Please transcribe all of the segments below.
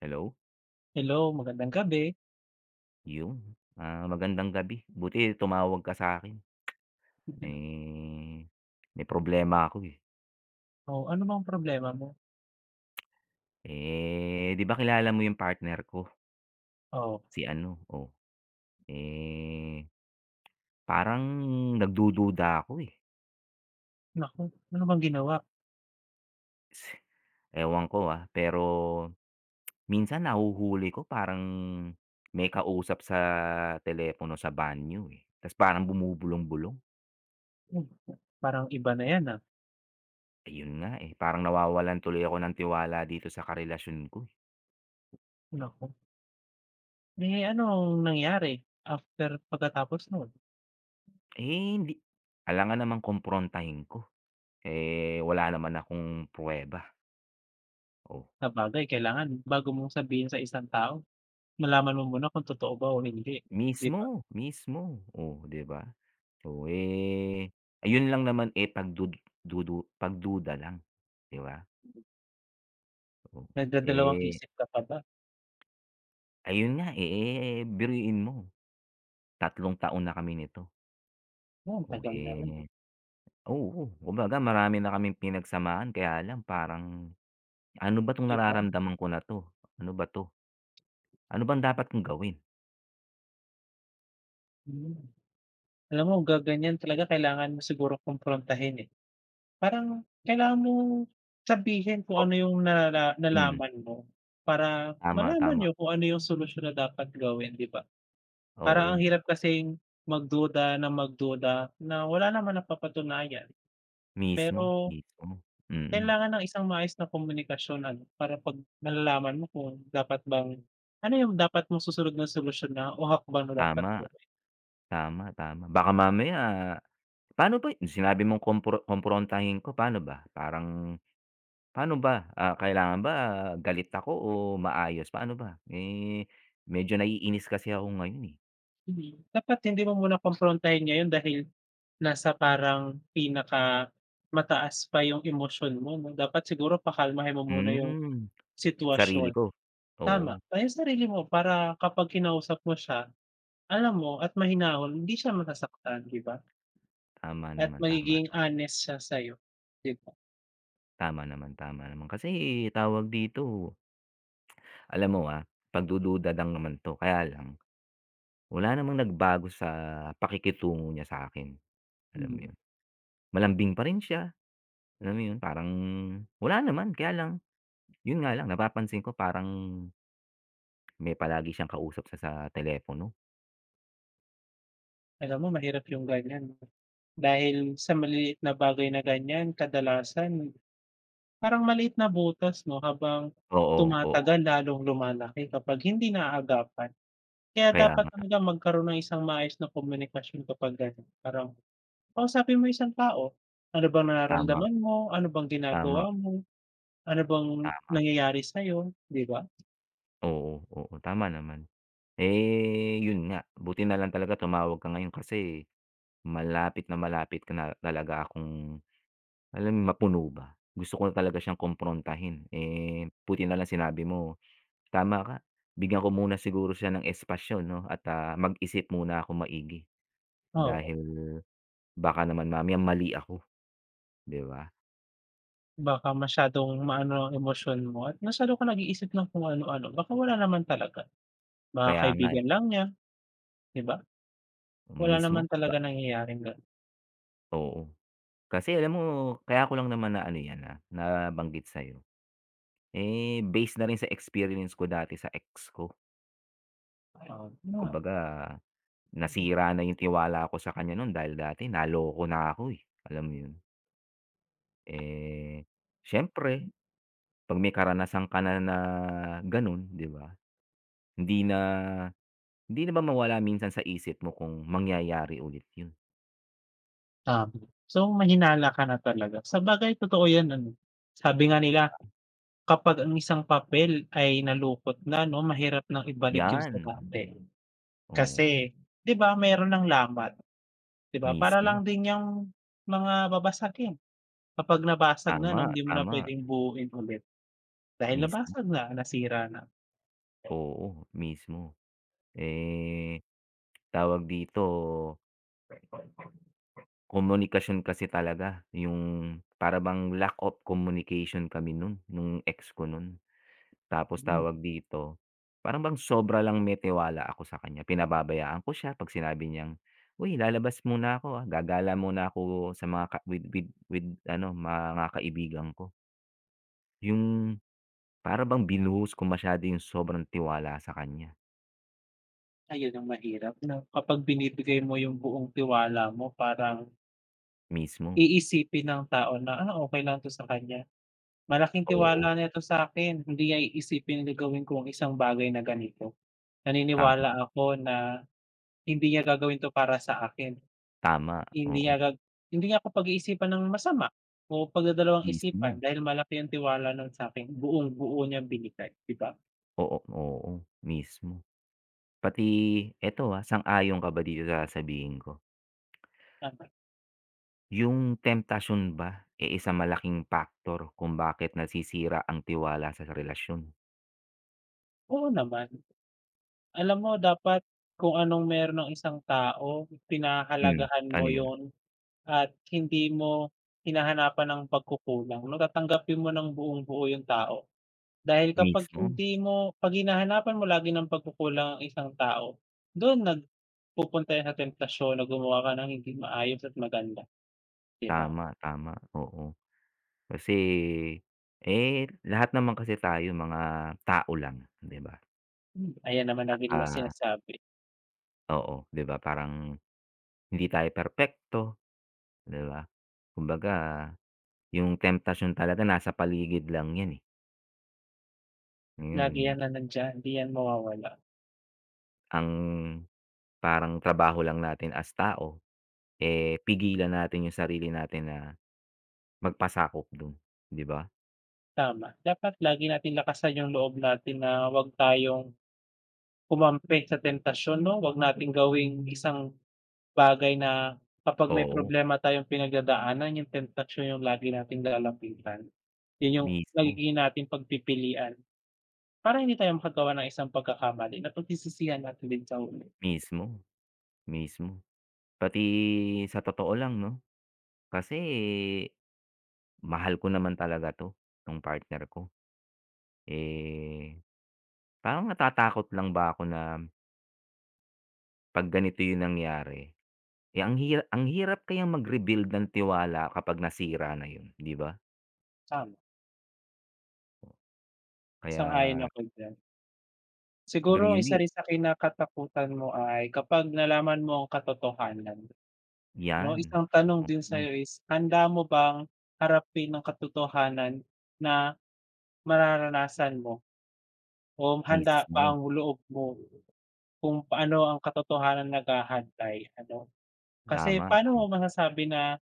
Hello, Hello, magandang gabi. yun. Ah, magandang gabi. Buti tumawag ka sa'kin. Eh, may problema ako, eh. Oh, ano bang problema mo? Eh, 'di ba kilala mo yung partner ko, Oh, si ano, oh, eh, parang nagdududa ako, eh. naku, ano bang ginawa? S- Ewan ko, ah, pero minsan nahuhuli ko parang may kausap sa telepono sa banyo, eh, ta's parang bumubulong-bulong. Hmm, parang iba na yan, ah. Ayun nga, eh, parang nawawalan tuloy ako ng tiwala dito sa karelasyon ko, eh. Naku, eh, anong nangyari after pagkatapos nun? Eh, hindi kailangan naman kumprontahin ko, eh, wala naman akong pruweba, oh. Sabagay kailangan bago mong sabihin sa isang tao, malaman mo muna kung totoo ba o hindi, 'di ba? Mismo, mismo, oh, 'di ba? So, eh, ayun lang naman, eh, pagduda lang, 'di ba? Oh, Nagdadalawang eh, isip ka pa ba? ayun nga, eh, biruin mo, tatlong taon na kami nito, Oh, ang oh, tagal na rin, eh ah, oo, kumbaga marami na kaming pinagsamahan kaya lang parang, "Ano ba 'tong 'di ba? nararamdaman ko na 'to? Ano ba 'to? Ano bang dapat kong gawin?" Hmm. Alam mo gaganyan talaga kailangan mo siguro kumprontahin, eh. Parang kailangan mong sabihin kung Oh, ano yung mm, nalaman mo, para tama, malaman tama. niyo kung ano yung solusyon na dapat gawin, 'di ba? Parang ang Oo, hirap kasing magduda ng magduda na wala naman napapatunayan. mismo, Pero mismo. Mm, kailangan ng isang maayos na komunikasyon ano, para 'pag nalalaman mo kung dapat bang ano yung dapat mong susunod na solusyon na o hakbang na dapat tama, gawin. tama, tama. Baka mamaya paano ba sinabi mong komprontahin ko, paano ba? Parang paano ba, ah, kailangan ba ah, galit ako o maayos, paano ba? Eh, medyo naiinis kasi ako ngayon, eh. Mhm. Dapat hindi mo muna kumprontahin ngayon dahil nasa parang pinaka mataas pa yung emosyon mo 'no, dapat siguro pakalmahin mo muna yung Hmm, sarili sitwasyon. ko. Tama, Oo, ah, yung sarili mo para kapag kinausap mo siya, alam mo at mahinahon hindi siya masasaktan, 'di ba? tama At naman, tama. magiging honest siya sa'yo, 'di ba? Tama naman, tama naman. Kasi tawag dito, alam mo, ah, pagdududa lang naman 'to, kaya lang wala namang nagbago sa pakikitungo niya sa akin. Alam mo Mm. 'yun, malambing pa rin siya, alam mo 'yun, parang wala naman. Kaya lang, 'yun nga lang napapansin ko parang may palagi siyang kausap sa telepono. Alam mo mahirap yung ganyan no? Dahil sa maliliit na bagay na ganyan kadalasan parang maliit na butas 'no, habang Oo, oo. tumatagal lalong lumalaki kapag hindi naaagapan. Kaya Kaya dapat nga. talaga magkaroon ng isang maayos na komunikasyon kapag ganun. Parang kausapin mo isang tao, ano bang Tama, nararamdaman mo, ano bang tama, ginagawa mo, ano bang tama. nangyayari sa'yo, 'di ba? Oo, oo, tama naman. Eh, 'yun nga, buti na lang talaga tumawag ka ngayon kasi malapit na malapit ka na talaga akong alam mo 'yun, mapuno ba. Gusto ko na talaga siyang kumprontahin, eh, buti na lang sinabi mo. Tama ka. Bigyan ko muna siguro siya ng espasyo 'no at, ah, mag-isip muna ako maigi Oo, dahil baka naman mamaya mali ako, 'di ba? baka masyadong maano ang emosyon mo at masyado ka nag-iisip ng kung ano-ano, baka wala naman talaga. Baka Kaya nga, eh, kaibigan lang niya, 'di ba? Wala naman mismo ba, talaga nangyayaring ganun. oo. Kasi alam mo kaya ko lang naman na ano 'yan, ah, nabanggit sa'yo, eh, based na rin sa experience ko dati sa ex ko. Oo, yun nga. Kumbaga nasira na yung tiwala ko sa kanya nun dahil dati naloko na ako, eh, alam mo yun? Eh, siyempre 'pag may karanasan ka na na gano'n, 'di ba? Hindi na hindi na ba mawala minsan sa isip mo kung mangyayari ulit yun? Tama. So, mahinala ka na talaga. Sabagay totoo 'yan ano, sabi nga nila kapag ang isang papel ay nalukot na 'no, mahirap nang ibalik yun sa 'Yan, dati. oo, Kasi, 'di ba meron ng lamat, 'di ba? Para mismo. lang din yung mga babasagin. Kapag nabasag na Tama, 'no, hindi mo na tama, puwedeng buuin ulit dahil mismo. nabasag na, nasira na. Oo, mismo. Eh, tawag dito, komunikasyon kasi talaga yung para bang lack of communication kami nun, nung ex ko nun. Tapos Hmm, tawag dito, parang bang sobra lang may tiwala ako sa kanya, pinababayaan ko siya 'pag sinabi niyang, "Uy, lalabas muna ako, ah, gagala muna ako sa mga ka with ano, mga kaibigan ko." Yung para bang binuhos ko masyado yung sobrang tiwala sa kanya, ayun ang mahirap 'no, kapag binibigay mo yung buong tiwala mo parang mismo. iisipin ng tao na, "Ah, okay lang 'to sa kanya." Malaking Oo, tiwala nito sa akin. Hindi niya iisipin na gawin ko isang bagay na ganito. tama, Naniniwala ako na hindi niya gagawin 'to para sa akin, tama, hindi oo, niya gag hindi niya ako pag-iisipan ng masama o pagdadalawang isipan mismo. dahil malaki ang tiwala nun sa akin. Buong-buo niyang binigay, 'di ba? Oo, oo, mismo. Pati eto, ah, sang-ayon ka ba dito sa sasabihin ko? Tama, Yung temptasyon ba, eh, isa malaking factor kung bakit nasisira ang tiwala sa relasyon. oo naman. Alam mo dapat kung anong meron ng isang tao, Hmm, pinahahalagahan mo ano yun? yon at hindi mo hinahanapan ng pagkukulang 'no, tatanggapin mo ng buong-buo yung tao. Dahil kapag Mismo, hindi mo 'pag hinahanapan mo lagi ng pagkukulang ang isang tao, dun nagpupunta yan sa temptasyon na gumawa ka ng hindi maayos at maganda, 'di ba? tama, tama, oo. Kasi, eh, lahat naman kasi tayo mga tao lang, 'di ba? Hmm. Ayan naman At, lagi nilang ah, sinasabi, oo, 'di ba parang hindi tayo perpekto, 'di ba? Kumbaga yung temptasyon talaga nasa paligid lang yan, eh. lagi Yun yan na nandiyan, 'di yan mawawala. ang parang trabaho lang natin as tao. Eh, pigilan natin yung sarili natin na magpasakop dun, 'di ba? Tama, dapat lagi nating lakasan yung loob natin na huwag tayong humampi sa temptasyon 'no, huwag nating gawing isang bagay na kapag may Oo, problema tayong pinagdadaanan yung temptasyon yung lagi nating lalapitan. Yun yung mismo, magiging nating pagpipilian. Para hindi tayo makagawa ng isang pagkakamali na pagsisisihan natin din sa huli, mismo, mismo. Pati sa totoo lang 'no, kasi mahal ko naman talaga 'to, 'tong partner ko. Eh, parang natatakot lang ba ako na 'pag ganito yung nangyari, eh, ang hirap kayang mag-rebuild ng tiwala kapag nasira na yun, 'di ba? tama, sang-ayon Kaya ako diyan. Siguro ang isa really, rin sa kinakatakutan mo ay kapag nalaman mo ang katotohanan, 'no? yan. Isang tanong din Mm, sa'yo is, handa mo bang harapin ang katotohanan na mararanasan mo o handa ba mismo. ang loob mo kung paano ang katotohanan naghahantay, ano? Kasi Tama, paano mo tama, masasabi na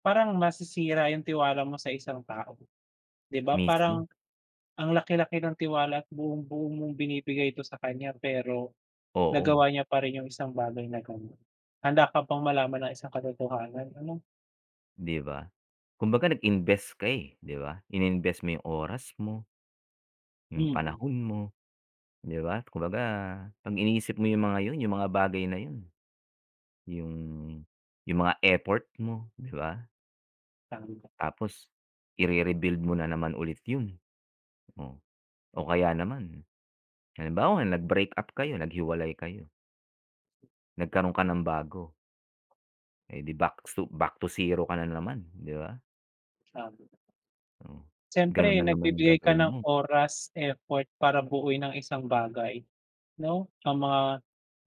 parang masisira yung tiwala mo sa isang tao, 'di ba? mismo. Parang ang laki-laki ng tiwala at buong-buo mong binibigay ito sa kanya pero Oo, nagawa niya pa rin yung isang bagay na gano'n. Handa ka bang malaman ng isang katotohanan ano? 'di ba? Kumbaga nag-invest ka, eh, 'di ba? Ininvest mo yung oras mo, yung Mm, panahon mo, 'di ba? Kumbaga 'pag iniisip mo yung mga yun, yung mga bagay na yun, yung yung mga effort mo, 'di ba? tama, Tapos ire-rebuild mo na naman ulit yun, oh. O kaya naman, halimbawa nag-break up kayo, naghiwalay kayo, nagkaroon ka ng bago, eh, 'di back to zero ka na naman, 'di ba? tama. Oh, Siyempre ganun na naman yung nagbibigay ka gagawin ng mo, oras, effort para buuin ang isang bagay 'no, ang mga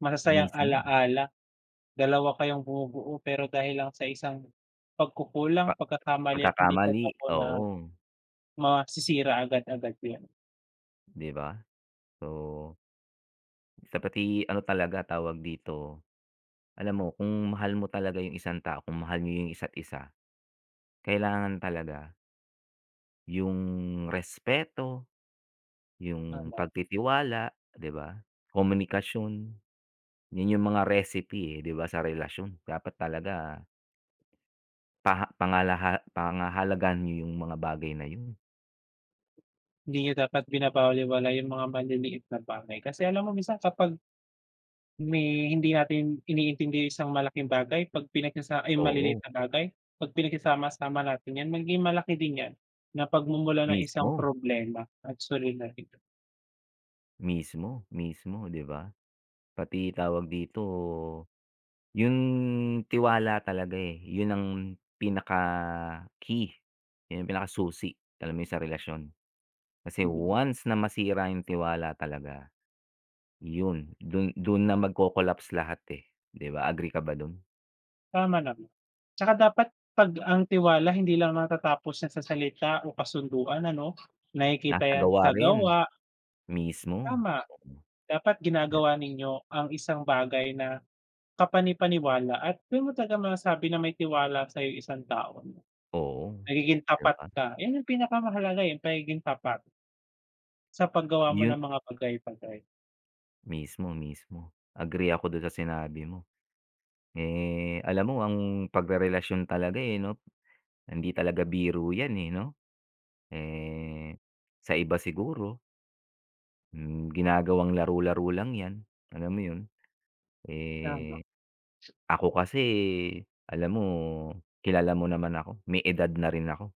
masasayang mismo. ala-ala. Dalawa kayong bumubuo pero dahil lang sa isang pagkukulang, pagkakamali at hindi Pagkakamali, pagkataon na oo, masisira agad-agad 'yun, 'di ba? So, sa pati ano talaga tawag dito, alam mo kung mahal mo talaga yung isang tao, kung mahal niyo yung isa't isa, kailangan talaga yung respeto, yung tama. pagtitiwala, 'di ba? Komunikasyon, yun yung mga recipe, eh, 'di ba, sa relasyon. Dapat talaga paha pangalaha pangahalagan niyo yung mga bagay na yun. Hindi niyo dapat binabawal-wala yung mga maliliit na bagay. Kasi alam mo minsan kapag may hindi natin iniintindi isang malaking bagay 'pag pinagsasa ay maliliit Oo, na bagay, 'pag pinagsasama-sama natin 'yan magiging malaki din 'yan na pagmumula ng isang mismo, problema at suliranin. mismo, mismo, 'di ba? Pati tawag dito, yung tiwala talaga, eh, yun ang pinaka-key, yun ang susi, alam mo yun sa relasyon. Kasi Mm, once na masira yung tiwala talaga, yun dun dun na magko-collapse lahat, eh, 'di ba, agree ka ba dun? tama naman. Tsaka dapat 'pag ang tiwala hindi lang natatapos na sa salita o kasunduan ano, nakikita Nasa 'yan gawa sa rin, gawa. mismo. Tama, dapat ginagawa ninyo ang isang bagay na kapani-paniwala at do'n mo talaga masasabi na may tiwala sa'yo yung isang tao na Oo, nagiging 'di tapat ba? ka, 'yan ang pinakamahalaga, eh, yung pagiging tapat sa paggawa mo Yun ng mga bagay-bagay. mismo, mismo, agree ako dun sa sinabi mo. Eh, alam mo ang pagrerelasyon talaga, eh, 'no, hindi talaga biro yan, eh, 'no? Eh, sa iba siguro, hmm, ginagawang laro-laro lang 'yan, alam mo 'yun. Tama, Eh, ako kasi, alam mo, kilala mo naman ako, may edad na rin ako,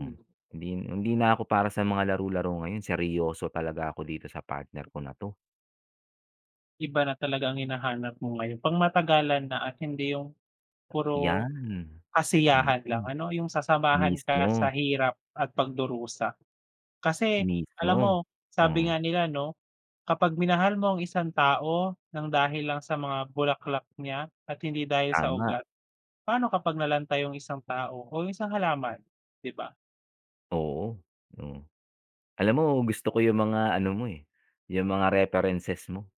hmm. hmm, Hindi hindi na ako para sa mga laro-laro ngayon, seryoso talaga ako dito sa partner ko na 'to, iba na talaga ang hinahanap mo ngayon, pangmatagalan na at hindi yung puro 'yan, kasiyahan lang mm. ano, yung sasamahan ka sa Mismo, hirap at pagdurusa. Kasi alam mo, mismo, sabi oh, nga nila 'no, kapag minahal mo ang isang tao ng dahil lang sa mga bulaklak niya at hindi dahil sa tama, ugat, paano kapag nalanta yung isang tao o isang halaman, 'di ba? oo, oh. Alam mo gusto ko 'yung mga ano mo, eh, 'yung mga references mo.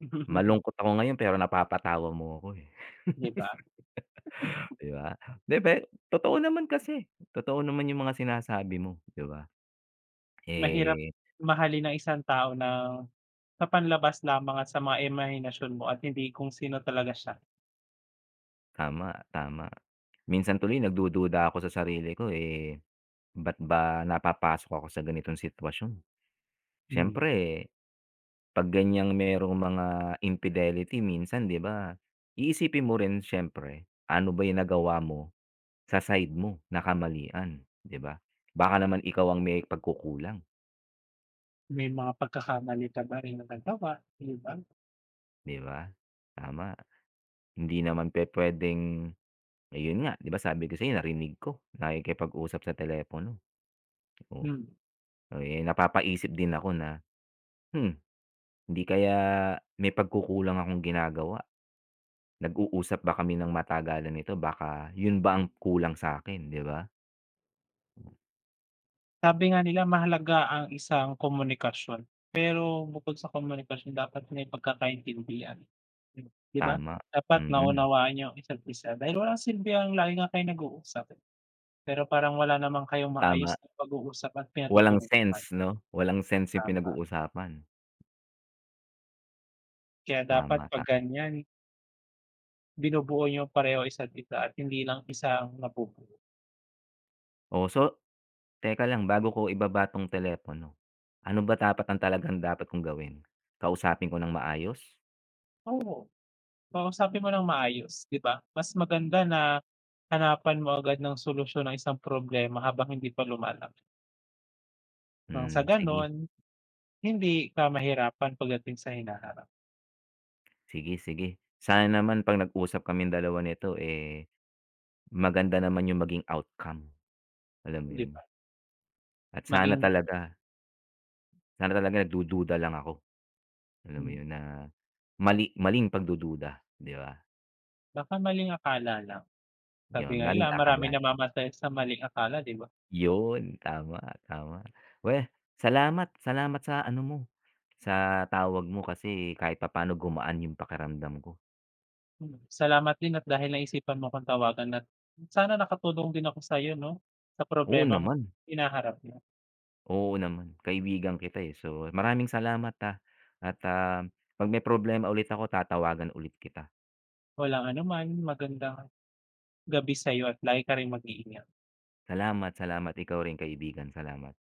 Malungkot ako ngayon pero napapatawa mo ako, eh, 'Di ba? 'di ba? 'Di ba, totoo naman kasi, totoo naman yung mga sinasabi mo, 'di ba? Mahirap Eh, mahalin ang isang tao na sa panlabas lamang at sa mga imahinasyon mo at hindi kung sino talaga siya. tama, tama. Minsan tuloy nagdududa ako sa sarili ko, eh, ba't ba napapasok ako sa ganitong sitwasyon? Hmm, Siyempre, 'pag ganiyang merong mga infidelity minsan, 'di ba, iisipin mo rin siyempre, ano ba yung nagawa mo sa side mo na kamalian, 'di ba? Baka naman ikaw ang may pagkukulang. may mga pagkakamali ka ba rin na nagawa, 'di ba? 'Di ba? Tama, hindi naman pupuwedeng ayun nga, 'di ba sabi ko sa'yo narinig ko, nakikipag-usap sa telepono, oh. Hmm. Eh, napapaisip din ako na, "Hmm, hindi kaya may pagkukulang akong ginagawa? Nag-uusap ba kami ng matagalan nito baka yun ba ang kulang sa'kin?" 'Di ba? Sabi nga nila mahalaga ang isang komunikasyon, pero bukod sa komunikasyon dapat may pagkakaintindihan, Mm. 'di ba? Tama, Dapat mm, naunawaan niyo ang isa't isa dahil walang silbi ang lagi nga kayong nag-uusap. Pero parang wala naman kayong tama. maayos na pag-uusap at Walang sense pinatutunguhan, 'no? Walang sense yung tama. pinag-uusapan. Kaya dapat Tama, 'pag tama. ganyan, binubuo niyo pareho isa't isa at hindi lang isa ang nabubuo. Oh, so teka lang, bago ko ibaba 'tong telepono, ano ba dapat ang talagang dapat kong gawin? Kausapin ko ng maayos? Oo, kausapin mo ng maayos, 'di ba? Mas maganda na hanapan mo agad ng solusyon ang isang problema habang hindi pa lumalaki. Nang sa Hmm, sige, gano'n, hindi ka mahirapan pagdating sa hinaharap, sige, sige. Sana naman 'pag nag-usap kaming dalawa nito, eh, maganda naman yung maging outcome, alam mo 'di yun? ba? At Maging sana talaga nagdududa lang ako, alam mo hmm, yun, na maling pagdududa, 'di ba? baka maling akala lang. Sabi Yun, nga maling nila, maraming akala. namamatay sa maling akala, 'di ba? Yun, tama, tama. Well, salamat, salamat sa ano mo, sa tawag mo kasi kahit papaano gumaan yung pakiramdam ko. Salamat din at dahil naisipan mo akong tawagan at sana nakatulong din ako sa'yo 'no, sa Oo problemang naman, hinaharap mo. oo naman, kaibigan kita, eh. So, maraming salamat, ah, at, ah, 'pag may problema ulit ako tatawagan ulit kita. Walang anuman, magandang gabi sa'yo at lagi ka ring mag-iingat. Salamat, salamat, ikaw rin kaibigan, salamat.